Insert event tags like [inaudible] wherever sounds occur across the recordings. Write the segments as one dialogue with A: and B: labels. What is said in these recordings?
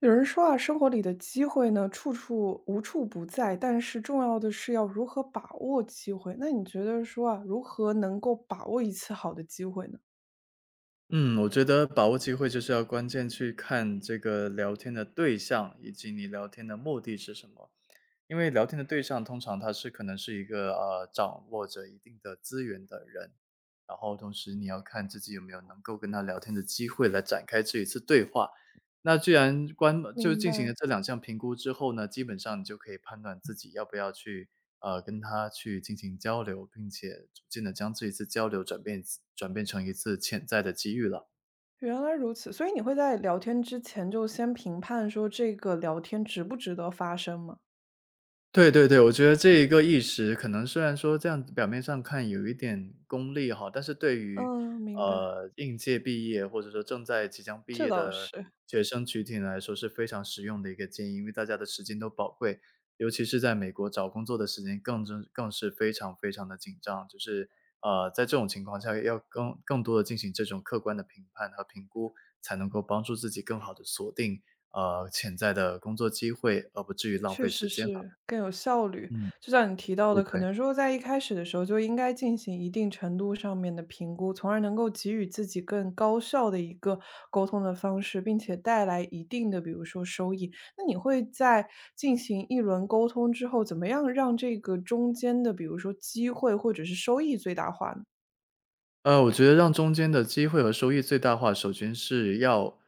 A: 有人说啊，生活里的机会呢，处处无处不在，但是重要的是要如何把握机会。那你觉得说啊，如何能够把握一次好的机会呢？
B: 嗯，我觉得把握机会就是要关键去看这个聊天的对象，以及你聊天的目的是什么。因为聊天的对象通常他是可能是一个掌握着一定的资源的人，然后同时你要看自己有没有能够跟他聊天的机会来展开这一次对话。那既然关就
A: 明
B: 进行
A: 白，
B: 了这两项评估之后呢，基本上你就可以判断自己要不要去跟他去进行交流，并且逐渐的将这一次交流转变成一次潜在的机遇了。
A: 原来如此。所以你会在聊天之前就先评判说这个聊天值不值得发生吗？
B: 对对对，我觉得这一个意识可能虽然说这样子表面上看有一点功利哈，但是对于，
A: 嗯，明白，
B: 应届毕业或者说正在即将毕
A: 这
B: 业
A: 倒
B: 的
A: 是。
B: 学生群体来说是非常实用的一个建议，因为大家的时间都宝贵，尤其是在美国找工作的时间更是非常非常的紧张。就是，在这种情况下要更多的进行这种客观的评判和评估，才能够帮助自己更好的锁定，潜在的工作机会，而不至于浪
A: 确
B: 费时
A: 实
B: 间了，
A: 是，更有效率。
B: 嗯。
A: 就像你提到
B: 对
A: 的，可
B: 对，
A: 能说在一开始的时候就应该进行一定程度上面的评估，从而能够给予自己更高效的一个沟通的方式，并且带来一定的，比如说收益。那你会在进行一轮沟通之后，怎么样让这个中间的，比如说机会或者是收益最大化呢？
B: 我觉得让中间的机会和收益最大化，首先是要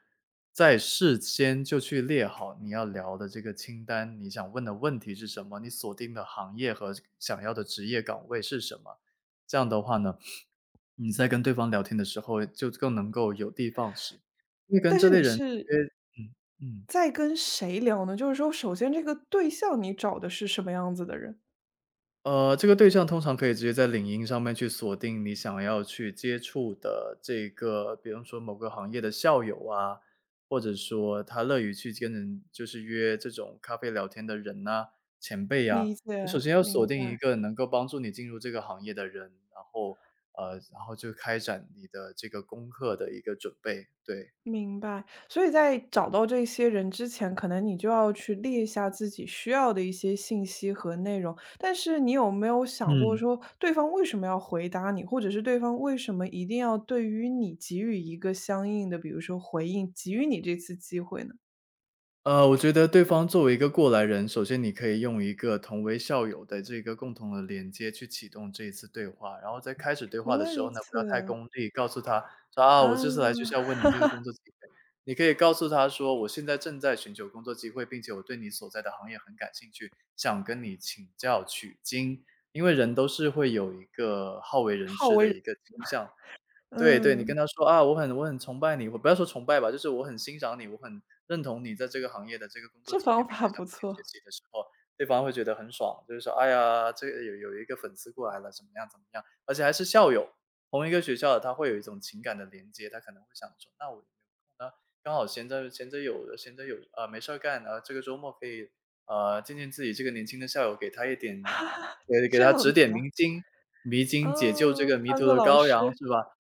B: 在事先就去列好你要聊的这个清单，你想问的问题是什么，你锁定的行业和想要的职业岗位是什么。这样的话呢，你在跟对方聊天的时候就更能够有的放矢，因为跟
A: 但
B: 这
A: 是
B: 类
A: 你
B: 人
A: 是
B: 约嗯，嗯。
A: 在跟谁聊呢？就是说，首先这个对象你找的是什么样子的人？
B: 这个对象通常可以直接在领英上面去锁定你想要去接触的这个，比方说某个行业的校友啊，或者说他乐于去跟人就是约这种咖啡聊天的人呐、前辈啊。
A: 理
B: 你首
A: 解，
B: 先要锁
A: 明
B: 定一
A: 白。
B: 个能够帮助你进入这个行业的人，然后然后就开展你的这个功课的一个准备，对。
A: 明白，所以在找到这些人之前，可能你就要去列下自己需要的一些信息和内容。但是你有没有想过
B: 嗯。
A: 说，对方为什么要回答你，或者是对方为什么一定要对于你给予一个相应的，比如说回应，给予你这次机会呢？
B: 我觉得对方作为一个过来人，首先你可以用一个同为校友的这个共同的连接去启动这一次对话，然后在开始对话
A: 原
B: 的
A: 来
B: 时
A: 如
B: 候呢，不要太
A: 此，
B: 功利，告诉他说：“啊，我
A: 啊，
B: 这次来就是要问你这个工作机会。”你可以告诉他说：“我现在正在寻求工作机会，并且我对你所在的行业很感兴趣，想跟你请教取经。”因为人都是会有一个好为人
A: 好
B: 师
A: 为
B: 的
A: 人，
B: 一个倾向，对对，你跟
A: 嗯，
B: 他说：“啊，我很崇拜你。”我不要说崇拜吧，就是我很欣赏你，我很认同你在这个行业的这个工作
A: 这
B: 经验，
A: 方
B: 并且
A: 法
B: 想
A: 不
B: 跟你学
A: 错，
B: 习的时候，对方会觉得很爽，就是说：“哎呀，这个有一个粉丝过来了，怎么样怎么样。”而且还是校友，同一个学校的，他会有一种情感的连接，他可能会想说：“那我有没有空呢？刚好闲着有啊没事儿干，这个周末可以，见见自己这个年轻的校友，给他一点
A: [laughs]
B: 给
A: 这
B: 他指
A: 样
B: 点
A: 子啊，
B: 迷津，解救这
A: 嗯，
B: 个迷
A: 当
B: 途
A: 个
B: 的
A: 老
B: 羔羊，
A: 师，
B: 是吧？”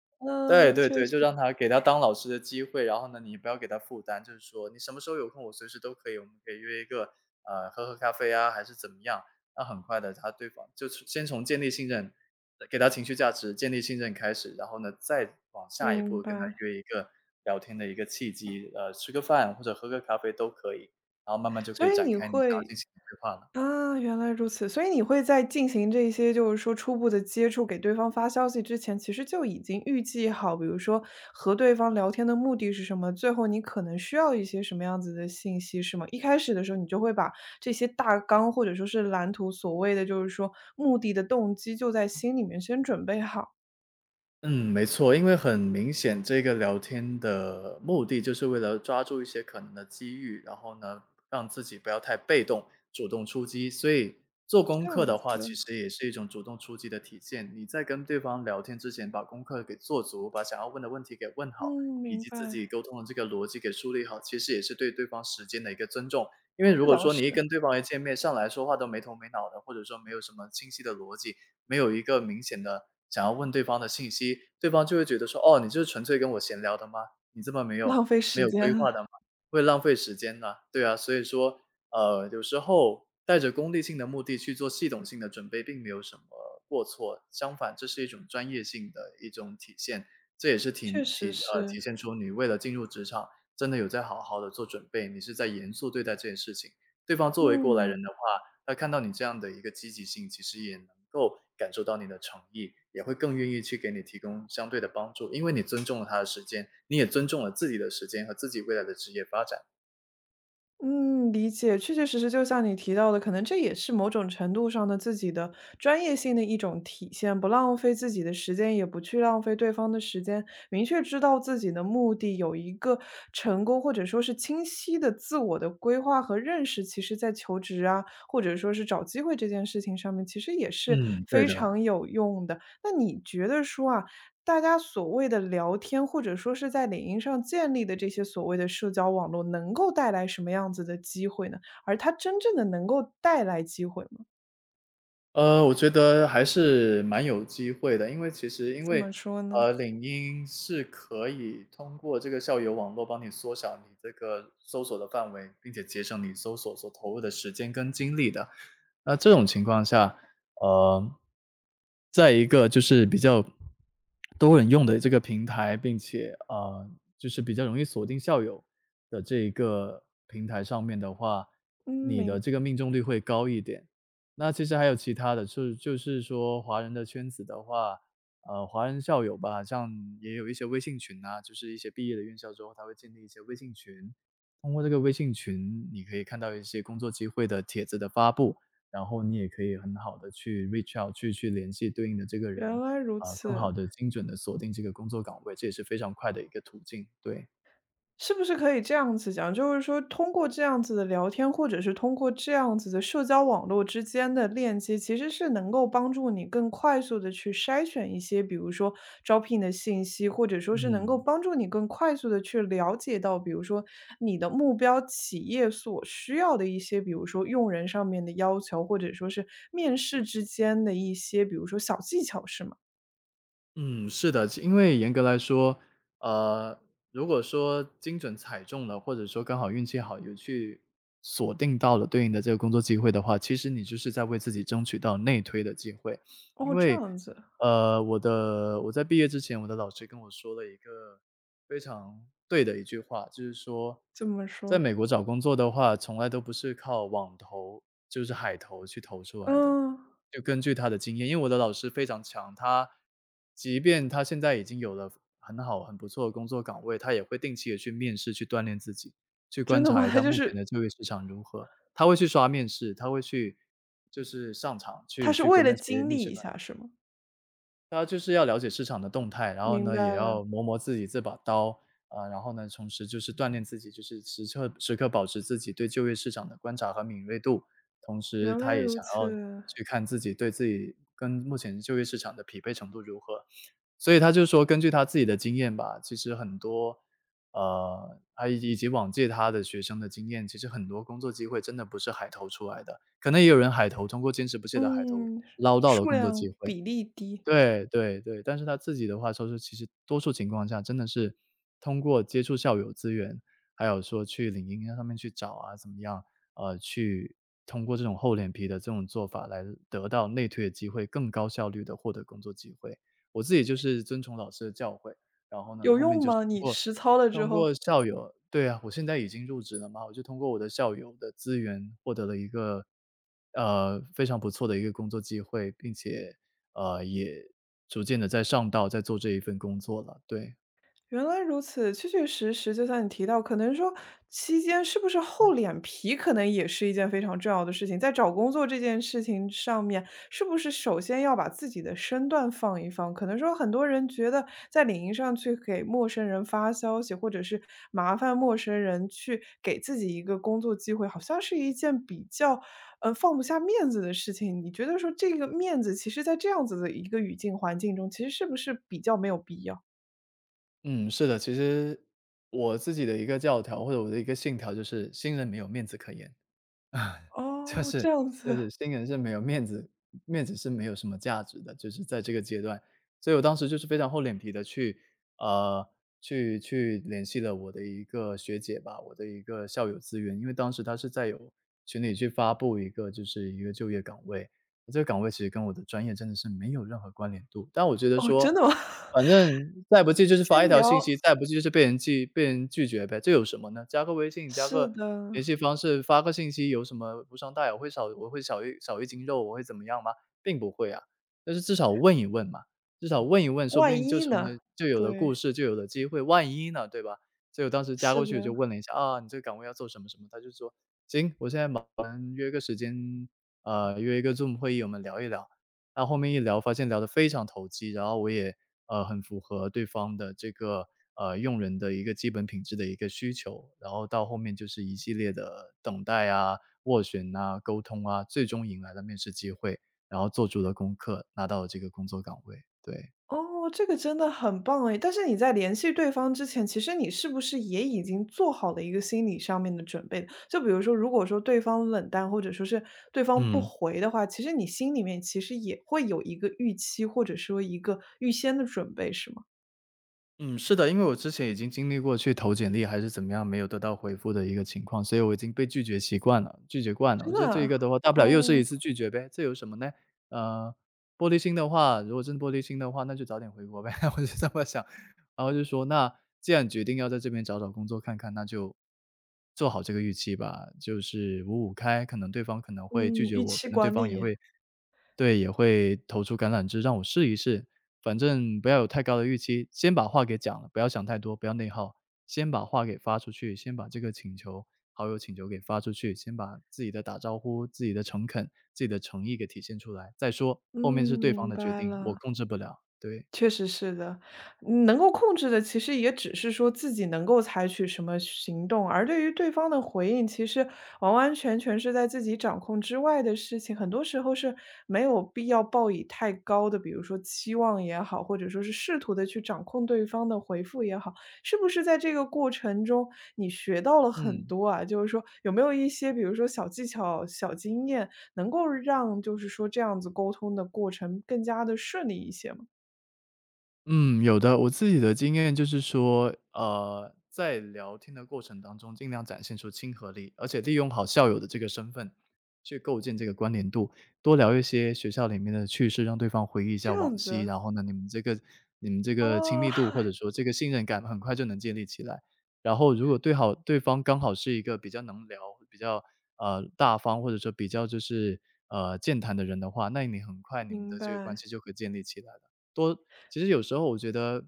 B: 对
A: 嗯，
B: 对
A: 确
B: 对，
A: 实，
B: 就让他给他当老师的机会，然后呢，你不要给他负担，就是说你什么时候有空，我随时都可以，我们可以约一个，喝咖啡啊，还是怎么样。那很快的，他对方就是先从建立信任，给他情绪价值，建立信任开始，然后呢，再往下一
A: 明
B: 步跟他
A: 白。
B: 约一个聊天的一个契机，吃个饭或者喝个咖啡都可以，然后慢慢就可
A: 所
B: 以
A: 以
B: 展
A: 你
B: 开你想要进
A: 会
B: 行的对话了。
A: 啊，原来如此。所以你会在进行这些就是说初步的接触，给对方发消息之前，其实就已经预计好，比如说和对方聊天的目的是什么，最后你可能需要一些什么样子的信息，是吗？一开始的时候，你就会把这些大纲或者说是蓝图，所谓的就是说目的的动机，就在心里面先准备好，
B: 嗯，没错，因为很明显，这个聊天的目的就是为了抓住一些可能的机遇，然后呢，让自己不要太被动，主动出击。所以做功
A: 这
B: 课
A: 样
B: 的
A: 子
B: 话，其
A: 的。
B: 实也是一种主动出击的体现。你在跟对方聊天之前，把功课给做足，把想要问的问题给问好，
A: 嗯，
B: 以
A: 明
B: 及自己
A: 白，
B: 沟通的这个逻辑给梳理好，其实也是对对方时间的一个尊重。因为如
A: 这
B: 果
A: 倒
B: 说
A: 是，
B: 你一跟对方一见面上来说话都没头没脑的，或者说没有什么清晰的逻辑，没有一个明显的想要问对方的信息，对方就会觉得说：“哦，你就是纯粹跟我闲聊的吗？你这么没有
A: 浪费时间
B: 规划
A: 了
B: 的吗？会浪费时间的。”对啊，所以说，有时候带着功利性的目的去做系统性的准备，并没有什么过错，相反，这是一种专业性的一种体现，这也是
A: 确实是，
B: 体现出你为了进入职场，真的有在好好的做准备，你是在严肃对待这件事情。对方作为过来
A: 嗯。
B: 人的话他看到你这样的一个积极性，其实也能够感受到你的诚意，也会更愿意去给你提供相对的帮助，因为你尊重了他的时间，你也尊重了自己的时间和自己未来的职业发展。
A: 嗯，理解，确确实实就像你提到的，可能这也是某种程度上的自己的专业性的一种体现，不浪费自己的时间，也不去浪费对方的时间，明确知道自己的目的，有一个成功或者说是清晰的自我的规划和认识，其实在求职啊，或者说是找机会这件事情上面，其实也是
B: 嗯，对
A: 非
B: 的。
A: 常有用的。那你觉得说啊，大家所谓的聊天，或者说是在领英上建立的这些所谓的社交网络，能够带来什么样子的机会呢？而它真正的能够带来机会吗？
B: 我觉得还是蛮有机会的，因为其实因
A: 怎
B: 为，
A: 么说呢？
B: 领英是可以通过这个校友网络帮你缩小你这个搜索的范围，并且节省你搜索所投入的时间跟精力的。那这种情况下，呃，在一个就是比较多人用的这个平台，并且,就是比较容易锁定校友的这一个平台上面的话，
A: 嗯，
B: 你
A: 明
B: 的这个命中率会高一点。那其实还有其他的，就是说华人的圈子的话，华人校友吧，像也有一些微信群啊，就是一些毕业的院校之后，他会建立一些微信群，通过这个微信群，你可以看到一些工作机会的帖子的发布，然后你也可以很好的去 reach out,去联系对应的这个
A: 原
B: 人，
A: 来如
B: 啊，更好
A: 此。
B: 的精准的锁定这个工作岗位，这也是非常快的一个途径，对。
A: 是不是可以这样子讲，就是说通过这样子的聊天，或者是通过这样子的社交网络之间的链接，其实是能够帮助你更快速的去筛选一些，比如说招聘的信息，或者说是能够
B: 嗯。
A: 帮助你更快速的去了解到，比如说你的目标企业所需要的一些，比如说用人上面的要求，或者说是面试之间的一些，比如说小技巧，是吗？
B: 嗯，是的，因为严格来说，呃，如果说精准踩中了，或者说刚好运气好，有去锁定到了对应的这个工作机会的话，其实你就是在为自己争取到内推的机会。因
A: 哦，这
B: 为，
A: 样子，
B: 我在毕业之前，我的老师跟我说了一个非常对的一句话，就是说，
A: 这么
B: 在
A: 说，
B: 美国找工作的话，从来都不是靠网投，就是海投去投出来的。
A: 嗯，
B: 就根据他的经验，因为我的老师非常强，他即便他现在已经有了很好、很不错的工作岗位，他也会定期的去面试，去锻炼自己，去
A: 真
B: 观
A: 的
B: 察
A: 吗？
B: 一
A: [laughs] 它
B: 下
A: 就
B: 目前的
A: 是
B: 就业市场如何。他会去刷面试，他会去就是上场
A: 他是
B: 去
A: 为
B: 跟
A: 了
B: 那些
A: 经
B: 面
A: 历
B: 试
A: 一
B: 官
A: 下，是吗？
B: 他就是要了解市场的动态，然后
A: 明
B: 呢，也
A: 白了，
B: 要磨磨自己这把刀，啊，然后呢，同时就是锻炼自己，就是时刻保持自己对就业市场的观察和敏锐度，同时
A: 原
B: 他
A: 来
B: 也
A: 如
B: 想要
A: 此。
B: 去看自己对自己跟目前就业市场的匹配程度如何。所以他就说根据他自己的经验吧，其实很多，他以及往届他的学生的经验，其实很多工作机会真的不是海投出来的，可能也有人海投，通过坚持不懈的海投
A: 嗯，
B: 捞到了
A: 数
B: 工作机
A: 量
B: 会。
A: 比例低，
B: 对对对，但是他自己的话说是其实多数情况下真的是通过接触校友资源，还有说去领英啊上面去找啊，怎么样，去通过这种厚脸皮的这种做法来得到内推的机会，更高效率的获得工作机会。我自己就是遵从老师的教诲，然后呢，
A: 有
B: 后面
A: 用
B: 就是通
A: 吗？你
B: 过
A: 实操了之
B: 通
A: 后。
B: 过校友对啊，我现在已经入职了嘛，我就通过我的校友的资源获得了一个，非常不错的一个工作机会，并且也逐渐的在上道，在做这一份工作了，对。
A: 原来如此，确确实实，就像你提到，可能说期间是不是厚脸皮，可能也是一件非常重要的事情。在找工作这件事情上面，是不是首先要把自己的身段放一放？可能说很多人觉得在领英上去给陌生人发消息，或者是麻烦陌生人去给自己一个工作机会，好像是一件比较放不下面子的事情。你觉得说这个面子，其实在这样子的一个语境环境中，其实是不是比较没有必要？
B: 嗯，是的，其实我自己的一个教条，或者我的一个信条就是新人没有面子可言。啊，就
A: 哦，
B: 是
A: 这样
B: 就
A: 子，
B: 是新人是没有面子是没有什么价值的，就是在这个阶段。所以我当时就是非常厚脸皮的去呃，去联系了我的一个学姐吧，我的一个校友资源。因为当时她是在有群里去发布一个就是一个就业岗位，这个岗位其实跟我的专业真的是没有任何关联度。但我觉得
A: 哦，
B: 说
A: 真的吗？[laughs]
B: 反正再不济就是发一
A: 先
B: 条信
A: 聊，
B: 息，再不济就是被人拒绝呗，这有什么呢？加个微信，加
A: 是
B: 个
A: 的，
B: 联系方式，发个信息有什么无伤大雅？我会少一斤肉，我会怎么样吗？并不会啊，但是至少问一问嘛，至少问一问，说不
A: 万
B: 定就
A: 一
B: 成了
A: 呢？
B: 就有了故
A: 对，
B: 事，就有了机会，万一呢，对吧？所以我当时加
A: 是
B: 过去我
A: 的，
B: 就问了一下，啊，你这个岗位要做什么什么，他就说我们约个时间，约一个 Zoom 会议，我们聊一聊。那后面一聊发现聊得非常投机，然后我也，很符合对方的这个，用人的一个基本品质的一个需求。然后到后面就是一系列的等待啊、斡旋啊、沟通啊，最终迎来了面试机会，然后做足了功课，拿到了这个工作岗位，对。
A: 哦，这个真的很棒哎。但是你在联系对方之前，其实你是不是也已经做好了一个心理上面的准备？就比如说，如果说对方冷淡，或者说是对方不
B: 嗯。
A: 回的话，其实你心里面其实也会有一个预期，或者说一个预先的准备，是吗？
B: 嗯，是的，因为我之前已经经历过去投简历还是怎么样没有得到回复的一个情况，所以我已经被拒绝习惯了，拒绝惯了。
A: 真
B: 我觉得
A: 的
B: 这一
A: 啊，
B: 个的话，大不了又是一
A: 哦，
B: 次拒绝呗，这有什么呢？呃，玻璃心的话，如果真玻璃心的话，那就早点回国呗，[laughs] 我就这么想。然后就说，那既然决定要在这边找找工作看看，那就做好这个预期吧，就是五五开，可能对方可能会
A: 嗯，
B: 拒绝
A: 预
B: 我，可
A: 期
B: 能对
A: 管
B: 方也
A: 理，
B: 会对，也会投出橄榄枝让我试一试，反正不要有太高的预期，先把话给讲了，不要想太多，不要内耗，先把话给发出去，先把这个请求好友请求给发出去，先把自己的打招呼、自己的诚恳、自己的诚意给体现出来，再说，
A: 嗯，
B: 后面是对方
A: 明
B: 的决
A: 白
B: 定，我
A: 了。
B: 控制不了，对。
A: 确实是的，能够控制的其实也只是说自己能够采取什么行动，而对于对方的回应，其实完完全全是在自己掌控之外的事情。很多时候是没有必要抱以太高的，比如说期望也好，或者说是试图的去掌控对方的回复也好，是不是在这个过程中你学到了很
B: 嗯。
A: 多啊？就是说有没有一些，比如说小技巧、小经验，能够让就是说这样子沟通的过程更加的顺利一些吗？
B: 嗯，有的。我自己的经验就是说，在聊天的过程当中，尽量展现出亲和力，而且利用好校友的这个身份去构建这个关联度，多聊一些学校里面的趣事，让对方回忆一
A: 这
B: 下往
A: 样
B: 昔。
A: 子，
B: 然后呢，你们这个亲
A: 哦，
B: 密度或
A: [laughs]
B: 者说这个信任感很快就能建立起来。然后，如果对好对方刚好是一个比较能聊、比较大方，或者说比较就是健谈的人的话，那你很快你们
A: 明
B: 的这个关
A: 白。
B: 系就可以建立起来了。其实有时候我觉得，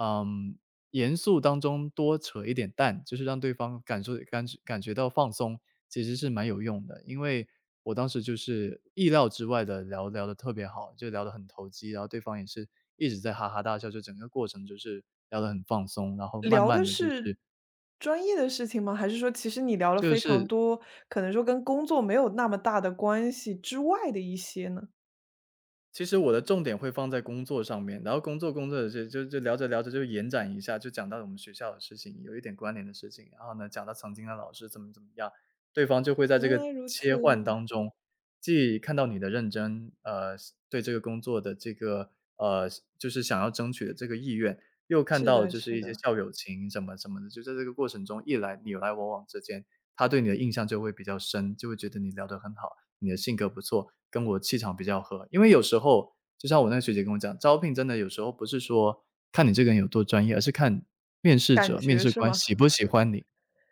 B: 嗯，严肃当中多扯一点淡，就是让对方感受感感觉到放松，其实是蛮有用的。因为我当时就是意料之外的聊聊的特别好，就聊得很投机，然后对方也是一直在哈哈大笑，就整个过程就是聊得很放松，然后慢
A: 聊
B: 慢
A: 的
B: 的就
A: 是
B: 是
A: 专业的事情吗？还是说其实你聊了
B: 就
A: 非常
B: 是
A: 多，可能说跟工作没有那么大的关系之外的一些呢？
B: 其实我的重点会放在工作上面，然后工作工作的就就就聊着聊着就延展一下，就讲到我们学校的事情，有一点关联的事情，然后呢，讲到曾经的老师怎么怎么样，对方就会在这
A: 原
B: 个
A: 来如此，
B: 切换当中，既看到你的认真，对这个工作的这个呃，就是想要争取的这个意愿，又看
A: 是
B: 到
A: 的
B: 就是
A: 是
B: 一些
A: 的，
B: 校友情什么什么的，就在这个过程中，一来你来我往之间，他对你的印象就会比较深，就会觉得你聊得很好。你的性格不错，跟我气场比较合。因为有时候，就像我那个学姐跟我讲，招聘真的有时候不是说看你这个人有多专业，而是看面试
A: 感
B: 者、面
A: 觉
B: 试
A: 是
B: 官
A: 吗？
B: 喜不喜欢你，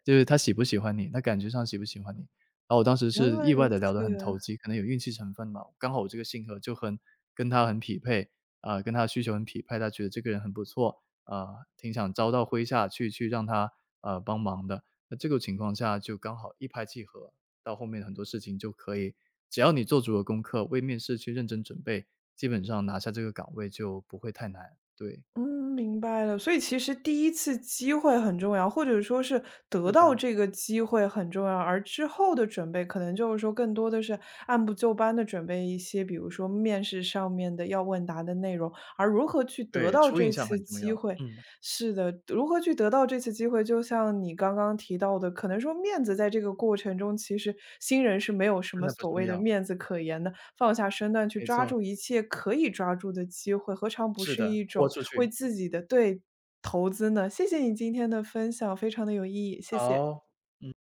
B: 就是他喜不喜欢你，他感觉上喜不喜欢你。然后我当时
A: 原
B: 是
A: 来
B: 意外
A: 如
B: 的聊得很投
A: 此。
B: 机，可能有运气成分嘛。刚好我这个性格就很跟他很匹配，啊，跟他的需求很匹配，他觉得这个人很不错，啊，挺想招到麾下去，去让他，帮忙的。那这个情况下就刚好一拍即合。到后面很多事情就可以只要你做足了功课，为面试去认真准备，基本上拿下这个岗位就不会太难，对。
A: 嗯，明白了。所以其实第一次机会很重要，或者说是
B: 是
A: 得到
B: 的，
A: 这个机会很重要，而之后的准备可能就是说更多的是按部就班的准备一些，比如说面试上面的要问答的内容，而如何去得
B: 对，
A: 到
B: 初印
A: 这
B: 象
A: 次
B: 很重
A: 机
B: 要，
A: 会，
B: 嗯，
A: 是的，如何去得到这次机会，就像你刚刚提到的，可能说面子在这个过程中，其实新人是没有什
B: 真
A: 么
B: 的不
A: 所
B: 重
A: 谓的
B: 要，
A: 面子可言的，放下身段去
B: 没
A: 抓
B: 错，
A: 住一切可以抓住的机会，何尝不
B: 是
A: 是
B: 的，
A: 一
B: 豁
A: 种
B: 出
A: 为
B: 去，
A: 自己的对投资呢？谢谢你今天的分享，非常的有意义，谢谢。
B: 好。